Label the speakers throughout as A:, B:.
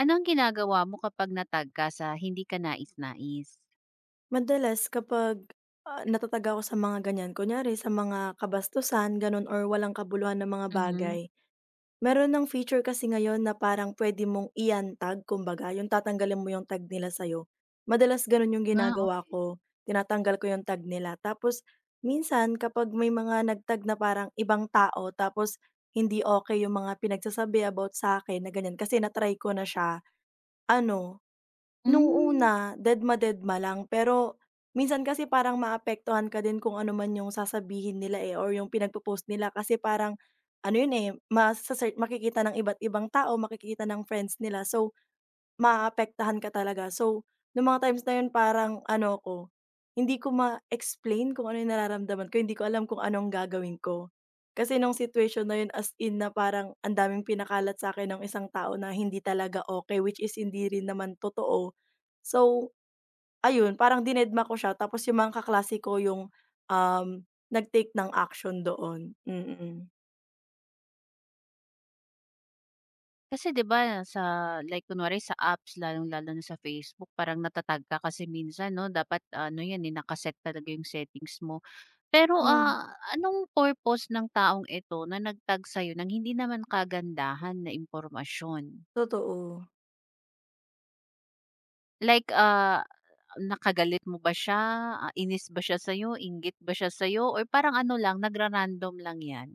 A: Ano ang ginagawa mo kapag na ka sa hindi ka nais-nais?
B: Madalas kapag, natatag ako sa mga ganyan, kunyari sa mga kabastusan gano'n or walang kabuluhan na mga
A: Mhm.
B: bagay, meron ng feature kasi ngayon na parang puwede mong i-untag kumbaga, yung tatanggalin mo yung tag nila sa'yo. Madalas gano'n yung
A: Ah,
B: ginagawa
A: okey.
B: ko, tinatanggal ko yung tag nila. Tapos minsan kapag may mga nagtag na parang ibang tao tapos hindi okay yung mga pinagsasabi about sa'kin na ganyan kasi na ko na siya, ano. Nung
A: Hmm,
B: una, dedma-dedma lang pero minsan kasi parang maapektuhan ka din kung ano man yung sasabihin nila, eh, or yung pinagpo-post nila kasi parang ano yun, eh, masa-search, makikita ng iba't ibang tao, makikita ng friends nila, so maaapektuhan ka talaga. So, nung mga times na yun parang ano ko, hindi ko ma-explain kung ano yung nararamdaman ko, hindi ko alam kung anong gagawin ko. Kasi nung situation na yun as in na parang ang daming pinakalat sa akin ng isang tao na hindi talaga okay, which is hindi rin naman totoo. So, ayun parang dinedma ko siya tapos yung mga kaklase ko yung, um, nag-take ng action doon. Mm-mm, mm.
A: Kasi 'di ba sa like kunwari sa apps lalong-lalo na sa Facebook parang nata ka kasi minsan 'no, dapat ano 'yan, eh, naka-set talaga 'yung settings mo. Pero,
B: Hmm,
A: anong purpose ng taong ito na nagtag tag sa'yo ng hindi naman kagandahan na impormasyon?
B: totoo.
A: Like, nakagalit mo ba siya, inis ba siya sa'yo, inggit ba siya sa'yo, or parang ano lang nagra-random lang 'yan?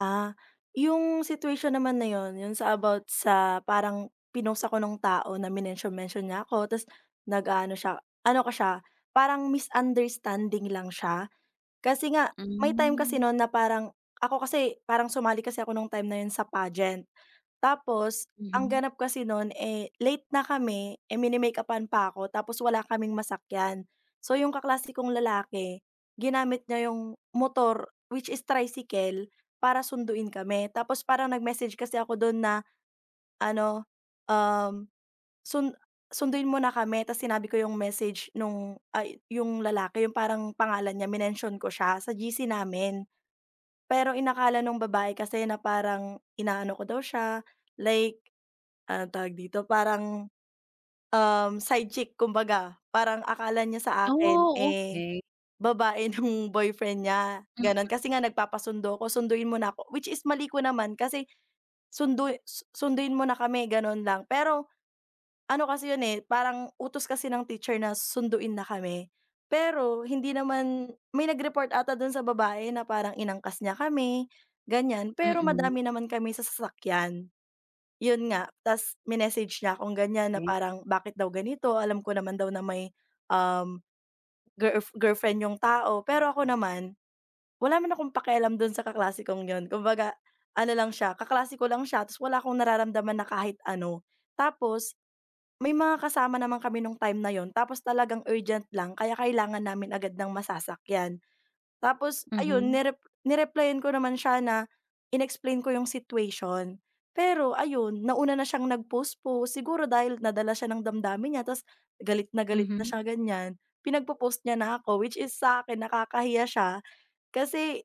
B: Ah, yung situation naman na yun, yun sa about sa parang pinost ako nung tao na minention-mention niya ako ta's nag-aano siya ano ko siya, parang misunderstanding lang siya. Kasi nga may time kasi
A: Hmm,
B: nun na parang ako kasi parang sumali kasi ako nung time na yun sa pageant. Tapos ang
A: mhm.
B: ganap kasi noon eh, late na kami, eh, mini-make-upan pa ako tapos wala kaming masakyan. So yung kaklase kong lalaki, ginamit niya yung motor, which is tricycle, para sunduin kami. Tapos parang nag-message kasi ako dun na ano, um, sun sunduin mo na kami, tapos sinabi ko yung message nung ay yung lalaki yung parang pangalan niya, minention ko siya sa GC namin. Pero inakala nung babae kasi na parang inaano ko daw siya, like anong tawag dito, parang, side chick kumbaga. Parang akala niya sa akin,
A: Oh,
B: eh,
A: okey.
B: babae nung boyfriend niya,
A: Mm,
B: gano'n. Kasi nga nagpapasundo ako, "Sunduin mo na ako," which is mali ko naman kasi sunduin mo na kami, gano'n lang. Pero ano kasi 'yun, eh, parang utos kasi ng teacher na sunduin na kami. Pero hindi naman, may nag-report ata dun sa babae na parang inangkas niya kami, ganyan. Pero
A: mm,
B: madami naman kami sa sasakyan. Yun nga, ta's minessage niya akong ganyan na
A: okey.
B: parang, "Bakit daw ganito? Alam ko naman daw na may, um, girlfriend yung tao." Pero ako naman, wala naman akong pakialam dun sa kaklase kong yun. Kumbaga ano lang siya, kaklase ko lang siya ta's wala akong nararamdaman na kahit ano. Tapos may mga kasama naman kami nung time na yon, tapos talagang urgent lang kaya kailangan namin agad ng masasakyan. Tapos ayun
A: Mhm,
B: ni-replyan ko naman siya na inexplain ko yung situation. Pero ayun, nauna na siyang nag-post-post siguro dahil nadala siya ng damdamin niya ta's galit na
A: mhm,
B: siya ganyan, pinagpo-post niya na ako which is sa sa'kin nakakahiya siya kasi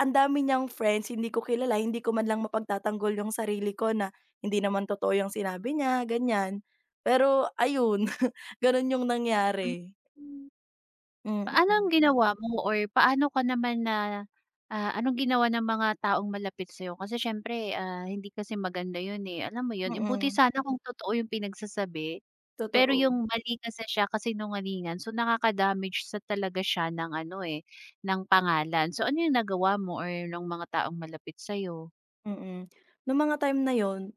B: ang dami niyang friends hindi ko kilala, hindi ko man lang mapagtatanggol yung sarili ko na hindi naman totoo yung sinabi niya ganyan. Pero ayun, gano'n yung nangyari.
A: hmm.
B: Mm,
A: Paano ang ginawa mo or paano ka naman na anong ginawa ng mga taong malapit sa'yo? Kasi siyempre, hindi kasi maganda yun, eh, alam mo
B: mm,
A: yun? Buti
B: mm,
A: sana kung totoo yung pinagsasabi, pero
B: totoo.
A: yung mali kasi siya, kasinungalingan, so nakaka-damage sa talaga siya ng ano, eh, ng pangalan. So ano yung nagawa mo or nung mga taong malapit sa'yo?
B: Mm. Nung mga time na yun,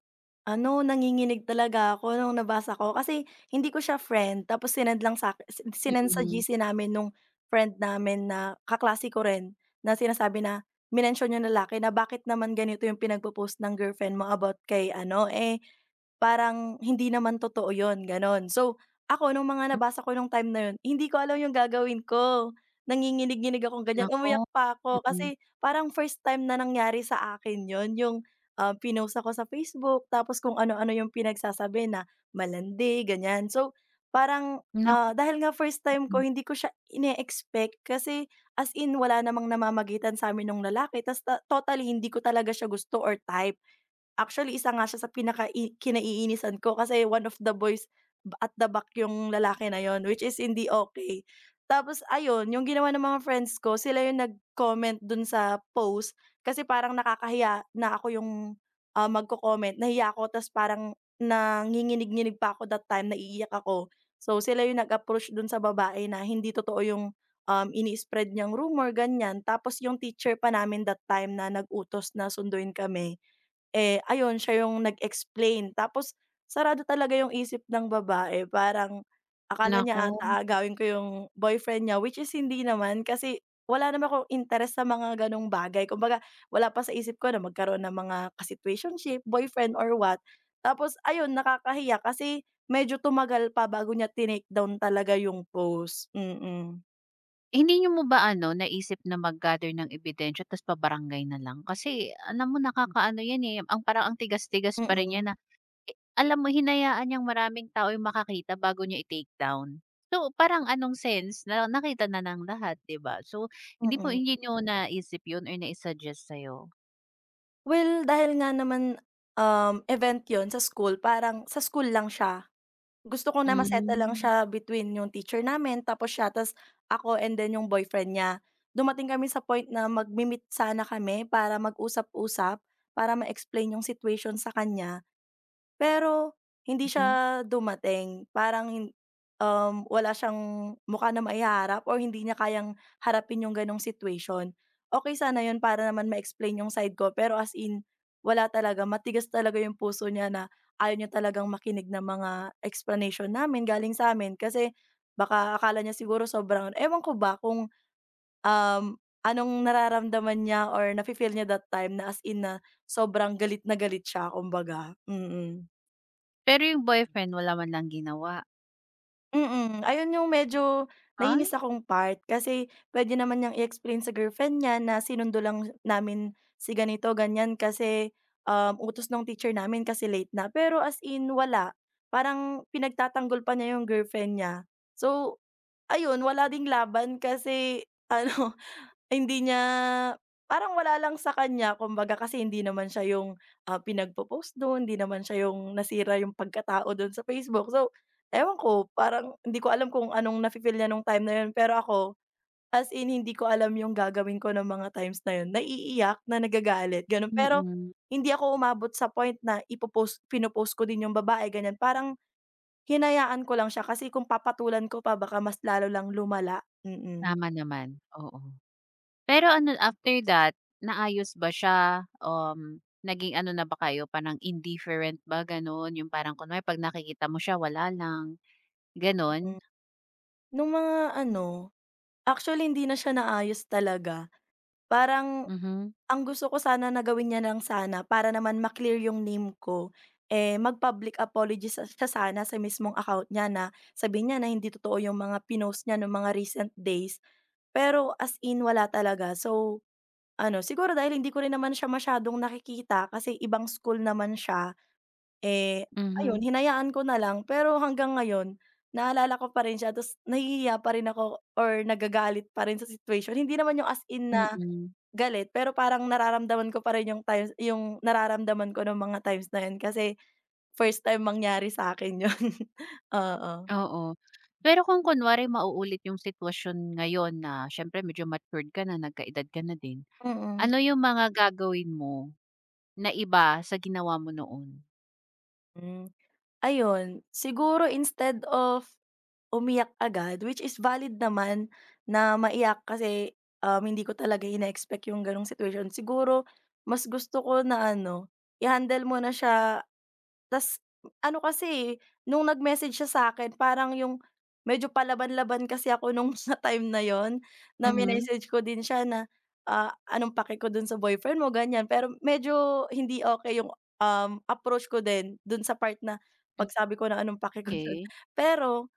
B: ano, nanginginig talaga ako nung nabasa ko kasi hindi ko siya friend tapos sinend lang sa sin sinend sa GC namin nung friend namin na kaklase ko rin na sinasabi na minention yung lalaki na bakit naman ganito yung pinagpo-post ng girlfriend mo about kay ano, eh, parang hindi naman totoo yun, gano'n. So, ako nung mga
A: Mm.
B: nabasa ko nung time na yun, hindi ko alam yung gagawin ko. Nanginginig-nginig akong ganyan,
A: Naku,
B: umuyak pa ako
A: mm.
B: kasi parang first time na nangyari sa akin yon yung, pinost ako sa Facebook tapos kung ano-ano yung pinagsasabi na malandi, ganyan. So, parang,
A: Naku,
B: dahil nga first time
A: mm.
B: ko hindi ko siya ine-expect kasi as in wala namang namamagitan sa'min nung lalaki ta's totally hindi ko talaga siya gusto or type. Actually, isa nga siya sa kinaiinisan ko kasi one of the boys at the back yung lalaki na yun, which is hindi okay. Tapos ayun, yung ginawa ng mga friends ko, sila yung nag-comment dun sa post kasi parang nakakahiya na ako yung, magko-comment. Nahiya ako ta's parang nanginginig-nginig pa ako that time, naiiyak ako. So, sila yung nag-approach dun sa babae na hindi totoo yung, ini-spread niyang rumor, ganyan. Tapos yung teacher pa namin that time na nag-utos na sunduin kami, eh, ayun siya yung nag-explain tapos sarado talaga yung isip ng babae parang akala
A: Naku.
B: niya ata agawin ko yung boyfriend niya which is hindi naman kasi wala naman akong interes sa mga ganong bagay kumbaga wala pa sa isip ko na magkaroon ng mga ka-situationship, boyfriend or what. Tapos ayun nakakahiya kasi medyo tumagal pa bago niya tinake down talaga yung post. Mm,
A: Eh, hindi mo ba ano, naisip na mag-gather ng ebidensya tas pa-barangay na lang? Kasi alam mo nakakaano 'yan, eh, ang parang ang tigas-tigas pa rin niya
B: mm,
A: na alam mo hinayaan niyang maraming tao yung makakita bago niya i-take down. So, parang anong sense na nakita na ng lahat, 'di ba? So,
B: mm.
A: hindi niyo naisip 'yun or nai-suggest sa'yo?
B: Well, dahil nga naman, event yon sa school, parang sa school lang siya. Gusto ko na ma-settle lang
A: Hmm,
B: siya between yung teacher namin tapos siya, tas ako and then yung boyfriend niya. Dumating kami sa point na magmi-meet sana kami para mag-usap-usap, para ma-explain yung situation sa kanya. Pero hindi
A: mhm.
B: siya dumating, parang wala siyang mukha na maiharap or hindi niya kayang harapin yung ganong situation. Okey sana yun para naman ma-explain yung side ko, pero as in wala talaga, matigas talaga yung puso niya na ayaw niya talagang makinig ng mga explanation namin galing sa sa'min kasi baka akala niya siguro sobrang ewan ko ba kung, um, anong nararamdaman niya or nafi-feel niya that time na as in na sobrang galit na galit siya kumbaga. Mm,
A: Pero yung boyfriend wala man lang ginawa?
B: mm, ayun yung medyo
A: Ay,
B: nainis akong part kasi puwede naman niyang i-explain sa girlfriend niya na sinundo lang namin si ganito, ganyan kasi, utos nung teacher namin kasi late na. Pero as in wala, parang pinagtatanggol pa niya yung girlfriend niya. So ayun, wala ding laban kasi ano ay hindi niya parang wala lang sa kanya kumbaga kasi hindi naman siya yung, pinagpo-post dun, hindi naman siya yung nasira yung pagkatao dun sa Facebook. So, ewan ko parang hindi ko alam kung anong nafi-feel niya nung time na yun, pero ako as in hindi ko alam yung gagawin ko ng mga times na yun, naiiyak na nagagalit ganun. Pero
A: mm.
B: hindi ako umabot sa point na pino-post ko din yung babae ganyan, parang hinayaan ko lang siya kasi kung papatulan ko pa baka mas lalo lang lumala. Mm,
A: Tama naman, oo. Pero ano, after that, naayos ba siya? Naging ano na ba kayo, parang indifferent ba, gano'n? Yung parang kunwari 'pag nakikita mo siya, wala lang, gano'n?
B: mm. Nung mga ano, actually, hindi na siya naayos talaga. Parang
A: Mhm,
B: ang gusto ko sana na gawin niya lang sana para naman ma-clear yung name ko, eh, mag-public apology sa siya sana sa mismong account niya na sabihin niya na hindi totoo yung mga pinost niya nung mga recent days. Pero as in wala talaga. So, ano, siguro dahil hindi ko rin naman siya masyadong nakikita kasi ibang school naman siya. Eh, ayun
A: mhm,
B: hinayaan ko na lang pero hanggang ngayon naalala ko pa rin siya tapos nahihiya pa rin ako or nagagalit pa rin sa situation. Hindi naman yung as in na
A: mm,
B: galit pero parang nararamdaman ko pa rin yung times yung nararamdaman ko nung mga times na yun kasi first time mangyari sa'kin yun. Oo,
A: oo. Pero kung kunwari mauulit yung sitwasyon ngayon na siyempre medyo matured ka na, nagkaedad ka na din,
B: mm.
A: ano yung mga gagawin mo na iba sa ginawa mo noon?
B: Hmm, ayun siguro instead of umiyak agad, which is valid naman na maiyak kasi, hindi ko talaga ina-expect yung gano'ng situation. Siguro mas gusto ko na ano, i-handle mo na siya ta's ano kasi, eh, nung nag-message siya sa'kin parang yung medyo palaban-laban kasi ako nung sa time na yon, na
A: Mhm,
B: minessage ko din siya na, "Anong pake ko dun sa boyfriend mo?" ganyan. Pero medyo hindi okay yung, approach ko din dun sa part na pagsabi ko na, "Anong pake ko dun?"
A: okey.
B: Pero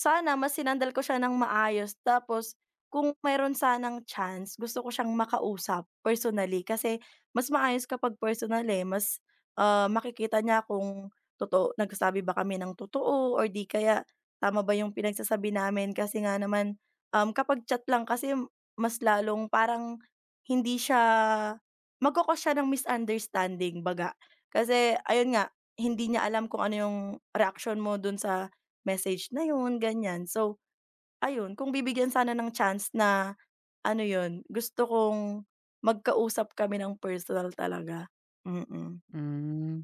B: sana mas sinandal ko siya ng maayos tapos kung meron sanang chance gusto ko siyang makausap personally kasi mas maayos kapag personal, eh, mas, makikita niya kung totoo nagsasabi ba kami ng totoo or di kaya tama ba yung pinagsasabi namin kasi nga naman, kapag chat lang kasi mas lalong parang hindi siya magko-cause siya ng misunderstanding 'baga. Kasi ayun nga, hindi niya alam kung ano yung reaksyon mo dun sa message na yun, ganyan. So, ayun kung bibigyan sana ng chance na ano yun, gusto kong magkausap kami ng personal talaga. Mm.
A: Hmm.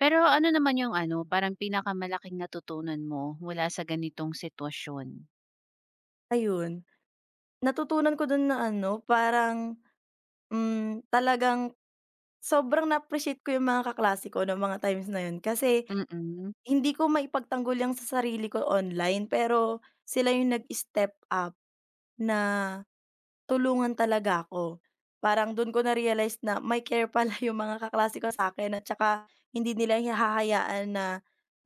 A: Pero ano naman yung ano, parang pinakamalaking natutunan mo mula sa ganitong sitwasyon?
B: Ayun, natutunan ko dun na ano, parang, hmm, talagang sobrang na-appreciate ko yung mga kaklase ko nung mga times na yun kasi
A: Mm.
B: hindi ko maipagtanggol yung sa sarili ko online pero sila yung nag-step up na tulungan talaga ako. Parang dun ko na-realize na may care pala yung mga kaklase ko sa akin at saka hindi nila hinahahayaan na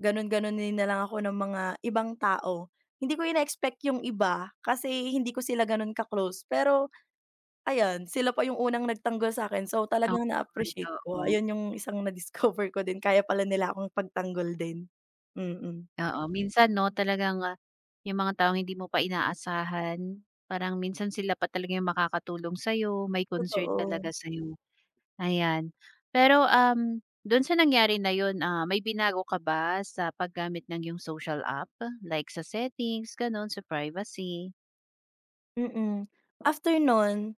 B: ganun-ganunin na lang ako ng mga ibang tao. Hindi ko ina-expect yung iba kasi hindi ko sila ganun ka-close pero ayan, sila pa yung unang nagtanggol sa akin so talagang
A: Okey,
B: na-appreciate ko.
A: oo.
B: Ayun yung isang na-discover ko din kaya pala nila akong pagtanggol din. Mm,
A: Oo, minsan 'no talagang, yung mga taong hindi mo pa inaasahan, parang minsan sila pa talaga yung makakatulong sa'yo, may concern
B: totoo.
A: talaga sa'yo, ayan. Pero, dun sa nangyari na yun, may binago ka ba sa paggamit ng yung social app? Like sa settings, ganun, sa privacy?
B: Mm. After nun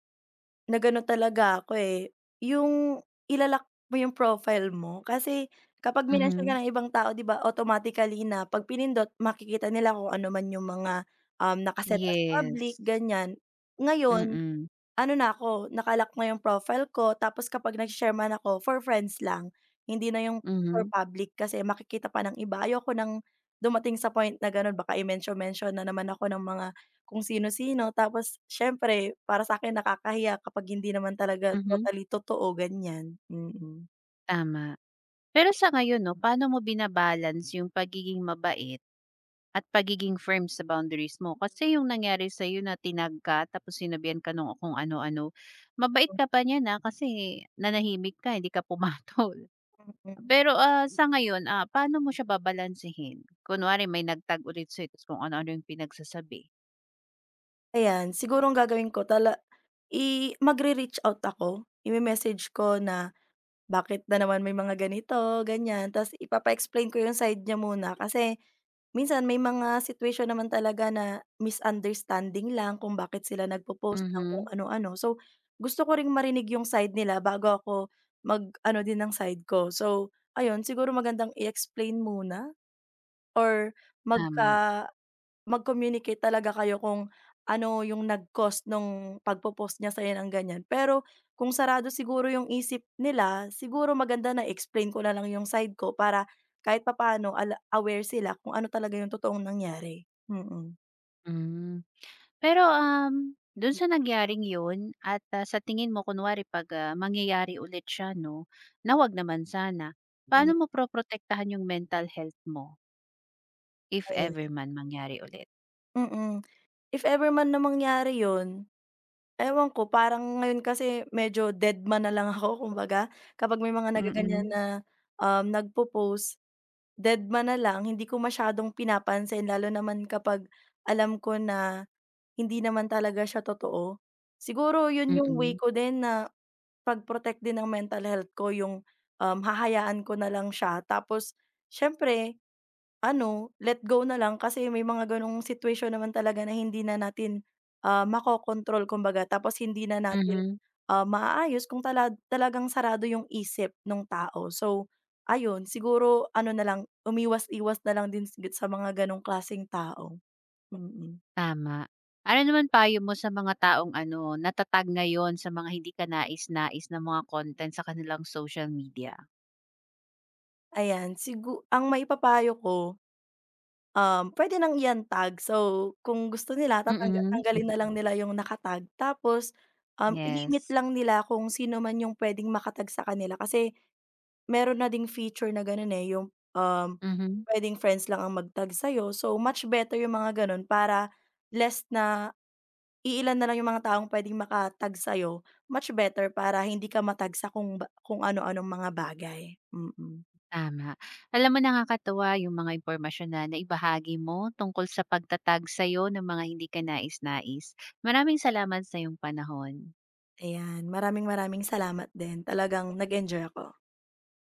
B: na gano'n talaga ako, eh, yung mo yung profile mo kasi kapag minention ka
A: Mhm.
B: ng ibang tao 'di ba automatically na 'pag pinindot makikita nila kung ano man yung mga, naka as public
A: Yes.
B: ganyan. Ngayon,
A: Mm.
B: ano na ako lock na yung profile ko tapos kapag nag share man ako for friends lang, hindi na yung for
A: Mhm.
B: public kasi makikita pa ng iba. Ayoko ng dumating sa point na gano'n baka i-mention-mention na naman ako ng mga kung sino-sino tapos siyempre para sa akin nakakahiya kapag hindi naman talaga
A: Mhm,
B: totally totoo ganyan. Mm,
A: tama. Pero sa ngayon 'no, paano mo binabalance yung pagiging mabait at pagiging firm sa boundaries mo? Kasi yung nangyari sa'yo na tinag ka tapos sinabihan ka nung kung ano-ano, mabait ka pa niyan, kasi nanahimik ka, hindi ka pumatol.
B: mm.
A: Pero, sa ngayon, paano mo siya babalansehin? Kunwari may nagtag ulit sa'yo tapos kung ano-ano yung pinagsasabi.
B: Ayan, siguro ang gagawin ko magre-reach out ako, ime-message ko na bakit na naman may mga ganito, ganyan. Ta's ipapa-explain ko yung side niya muna kasi minsan may mga situation naman talaga na misunderstanding lang kung bakit sila nagpo-post ng kung
A: Mhm,
B: ano-ano. So, gusto ko ring marinig yung side nila bago ako mag-ano din ng side ko. So, ayun siguro magandang i-explain muna or magka
A: tama.
B: mag-communicate talaga kayo kung ano yung nag-cause nung pagpo-post niya sa'yo ng ganyan. Pero kung sarado siguro yung isip nila, siguro maganda na explain ko na lang yung side ko para kahit papaano aware sila kung ano talaga yung totoong nangyari. Mm-mm.
A: Hmm. Pero, dun sa nangyaring yun at, sa tingin mo kunwari 'pag, mangyayari ulit siya 'no, na wag naman sana. Paano
B: Mm.
A: mo poroprotektahan yung mental health mo, if
B: Hmm, ayun.
A: ever man mangyari ulit?
B: Mm. If ever man na mangyari yun, ewan ko parang ngayon kasi medyo dead man na lang ako kumbaga kapag may mga nagaganyan
A: Mm,
B: na, nagpo-post. Dedma na lang, hindi ko masyadong pinapansin lalo naman kapag alam ko na hindi naman talaga siya totoo. Siguro 'yun yung way
A: mm,
B: ko din na pag-protect din ng mental health ko yung, hahayaan ko na lang siya tapos siyempre ano, let go na lang kasi may mga gano'ng situation naman talaga na hindi na natin, makokontrol kumbaga tapos hindi na natin,
A: mhm,
B: maaayos kung talagang sarado yung isip ng tao. So, ayun siguro ano na lang umiwas-iwas na lang din sa mga gano'ng klaseng tao. Mm, mm.
A: tama. Ano naman payo mo sa mga taong ano, natatag ngayon sa mga hindi kanais-nais na mga content sa kanilang social media?
B: Ayan ang maipapayo ko, pwede nang i-untag. So, kung gusto nila
A: Mm,
B: tanggalin na lang
A: Mhm.
B: nila yung naka-tag, tapos, i-limit
A: Yes.
B: lang nila kung sino man yung puwedeng maka-tag sa kanila kasi meron na ding feature na gano'n, eh, yung,
A: Mhm.
B: puwedeng friends lang ang mag-tag sa'yo. So, much better yung mga gano'n para less na iilan na lang yung mga taong puwedeng maka-tag sa'yo. Much better para hindi ka ma-tag sa kung ba kung ano-anong mga bagay. Mm.
A: Tama. Alam mo nakakatuwa yung mga impormasyon na naibahagi mo tungkol sa pagtatag sa'yo ng mga hindi ka kanais-nais. Maraming salamat sa iyong panahon.
B: Ayan, maraming maraming salamat din. Talagang nag-enjoy ako.